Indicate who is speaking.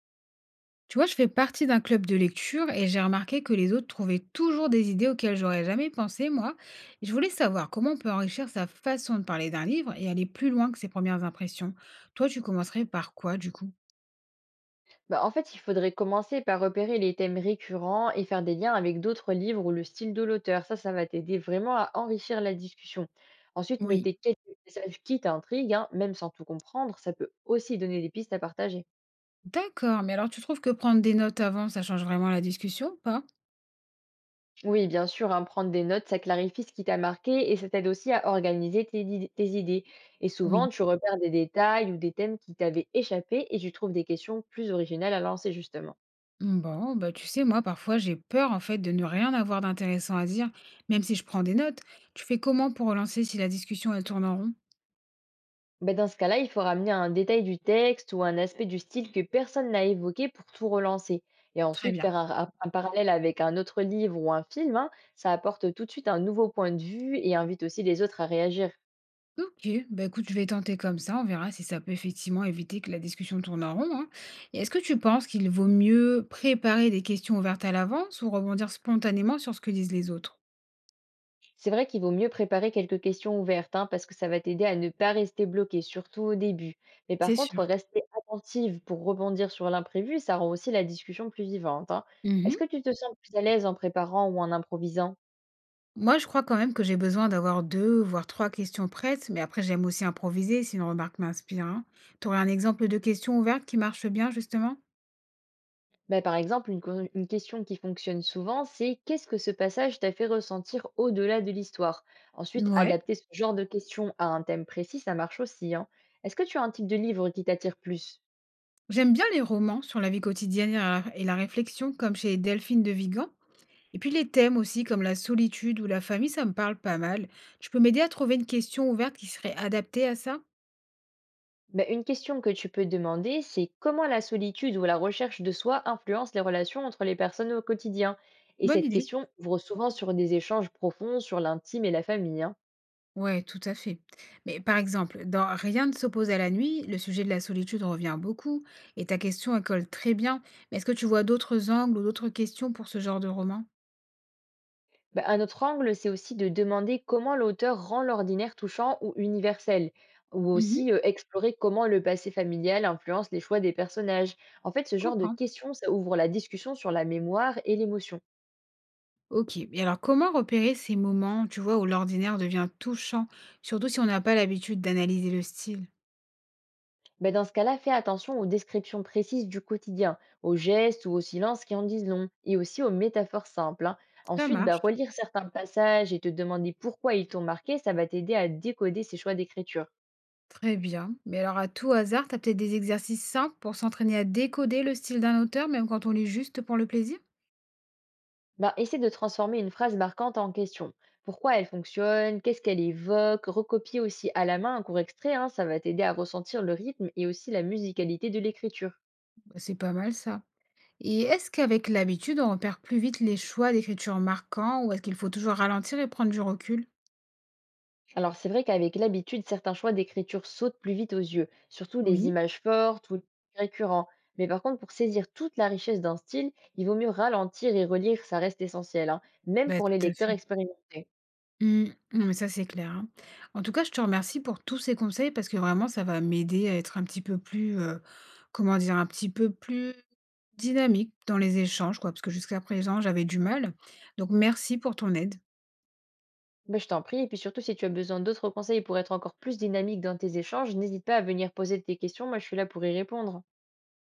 Speaker 1: Tu vois, je fais partie d'un club de lecture et j'ai remarqué que les autres trouvaient toujours des idées auxquelles j'aurais jamais pensé, moi. Je voulais savoir comment on peut enrichir sa façon de parler d'un livre et aller plus loin que ses premières impressions. Toi, tu commencerais par quoi, du coup?
Speaker 2: Bah, en fait, il faudrait commencer par repérer les thèmes récurrents et faire des liens avec d'autres livres ou le style de l'auteur. Ça va t'aider vraiment à enrichir la discussion. Ensuite,
Speaker 1: Oui.
Speaker 2: noter quelques messages qui t'intriguent, hein, même sans tout comprendre, ça peut aussi donner des pistes à partager.
Speaker 1: D'accord, mais alors tu trouves que prendre des notes avant, ça change vraiment la discussion ou pas?
Speaker 2: Oui, bien sûr, hein, prendre des notes, ça clarifie ce qui t'a marqué et ça t'aide aussi à organiser tes idées. Et souvent,
Speaker 1: Oui.
Speaker 2: tu repères des détails ou des thèmes qui t'avaient échappé et tu trouves des questions plus originales à lancer, justement.
Speaker 1: Bon, bah tu sais, moi, parfois, j'ai peur, en fait, de ne rien avoir d'intéressant à dire, même si je prends des notes. Tu fais comment pour relancer si la discussion, elle tourne en rond?
Speaker 2: Ben, dans ce cas-là, il faut ramener un détail du texte ou un aspect du style que personne n'a évoqué pour tout relancer. Et
Speaker 1: Très
Speaker 2: ensuite,
Speaker 1: bien.
Speaker 2: un parallèle avec un autre livre ou un film, hein, ça apporte tout de suite un nouveau point de vue et invite aussi les autres à réagir.
Speaker 1: Ok, bah écoute, je vais tenter comme ça, on verra si ça peut effectivement éviter que la discussion tourne en rond, hein. Et est-ce que tu penses qu'il vaut mieux préparer des questions ouvertes à l'avance ou rebondir spontanément sur ce que disent les autres?
Speaker 2: C'est vrai qu'il vaut mieux préparer quelques questions ouvertes hein, parce que ça va t'aider à ne pas rester bloqué, surtout au début. Mais par
Speaker 1: C'est
Speaker 2: contre,
Speaker 1: sûr.
Speaker 2: rester attentive pour rebondir sur l'imprévu, ça rend aussi la discussion plus vivante, hein. Est-ce
Speaker 1: Mhm.
Speaker 2: que tu te sens plus à l'aise en préparant ou en improvisant?
Speaker 1: Moi, je crois quand même que j'ai besoin d'avoir deux, voire trois questions prêtes, mais après, j'aime aussi improviser si une remarque m'inspire, hein. T'aurais un exemple de question ouverte qui marche bien, justement?
Speaker 2: Bah, par exemple, une question qui fonctionne souvent, c'est qu'est-ce que ce passage t'a fait ressentir au-delà de l'histoire? Ensuite,
Speaker 1: Ouais.
Speaker 2: adapter ce genre de question à un thème précis, ça marche aussi, hein. Est-ce que tu as un type de livre qui t'attire plus?
Speaker 1: J'aime bien les romans sur la vie quotidienne et la réflexion, comme chez Delphine de Vigan. Et puis les thèmes aussi, comme la solitude ou la famille, ça me parle pas mal. Tu peux m'aider à trouver une question ouverte qui serait adaptée à ça?
Speaker 2: Bah, une question que tu peux demander, c'est comment la solitude ou la recherche de soi influence les relations entre les personnes au quotidien? Et
Speaker 1: Bonne
Speaker 2: cette
Speaker 1: idée.
Speaker 2: question ouvre souvent sur des échanges profonds sur l'intime et la famille, hein.
Speaker 1: Ouais, tout à fait. Mais par exemple, dans Rien ne s'oppose à la nuit, le sujet de la solitude revient beaucoup et ta question, elle colle très bien. Mais est-ce que tu vois d'autres angles ou d'autres questions pour ce genre de roman?
Speaker 2: Bah, un autre angle, c'est aussi de demander comment l'auteur rend l'ordinaire touchant ou universel, ou
Speaker 1: Mhm,
Speaker 2: aussi explorer comment le passé familial influence les choix des personnages. En fait,
Speaker 1: je
Speaker 2: ce genre de
Speaker 1: comprends.
Speaker 2: questions, ça ouvre la discussion sur la mémoire et l'émotion.
Speaker 1: Ok. Et alors, comment repérer ces moments, tu vois, où l'ordinaire devient touchant, surtout si on n'a pas l'habitude d'analyser le style?
Speaker 2: Bah, dans ce cas-là, fais attention aux descriptions précises du quotidien, aux gestes ou aux silences qui en disent long, et aussi aux métaphores simples, hein.
Speaker 1: Ça
Speaker 2: Ensuite, bah,
Speaker 1: marche.
Speaker 2: relire certains passages et te demander pourquoi ils t'ont marqué, ça va t'aider à décoder ces choix d'écriture.
Speaker 1: Très bien. Mais alors, à tout hasard, tu as peut-être des exercices simples pour s'entraîner à décoder le style d'un auteur, même quand on lit juste pour le plaisir?
Speaker 2: Ben, essaie de transformer une phrase marquante en question. Pourquoi elle fonctionne? Qu'est-ce qu'elle évoque? Recopier aussi à la main un court extrait, hein, ça va t'aider à ressentir le rythme et aussi la musicalité de l'écriture.
Speaker 1: Bah, c'est pas mal ça. Et est-ce qu'avec l'habitude, on repère plus vite les choix d'écriture marquants ou est-ce qu'il faut toujours ralentir et prendre du recul?
Speaker 2: Alors c'est vrai qu'avec l'habitude, certains choix d'écriture sautent plus vite aux yeux, surtout les
Speaker 1: Oui.
Speaker 2: images fortes ou les récurrents. Mais par contre, pour saisir toute la richesse d'un style, il vaut mieux ralentir et relire, ça reste essentiel, hein, même
Speaker 1: Bah,
Speaker 2: pour les
Speaker 1: tout à
Speaker 2: lecteurs
Speaker 1: fait.
Speaker 2: expérimentés.
Speaker 1: Hmm. Non, mais ça, c'est clair, hein. En tout cas, je te remercie pour tous ces conseils parce que vraiment, ça va m'aider à être un petit peu plus, comment dire, un petit peu plus dynamique dans les échanges, quoi, parce que jusqu'à présent, j'avais du mal. Donc, merci pour ton aide.
Speaker 2: Bah, je t'en prie. Et puis surtout, si tu as besoin d'autres conseils pour être encore plus dynamique dans tes échanges, n'hésite pas à venir poser tes questions. Moi, je suis là pour y répondre.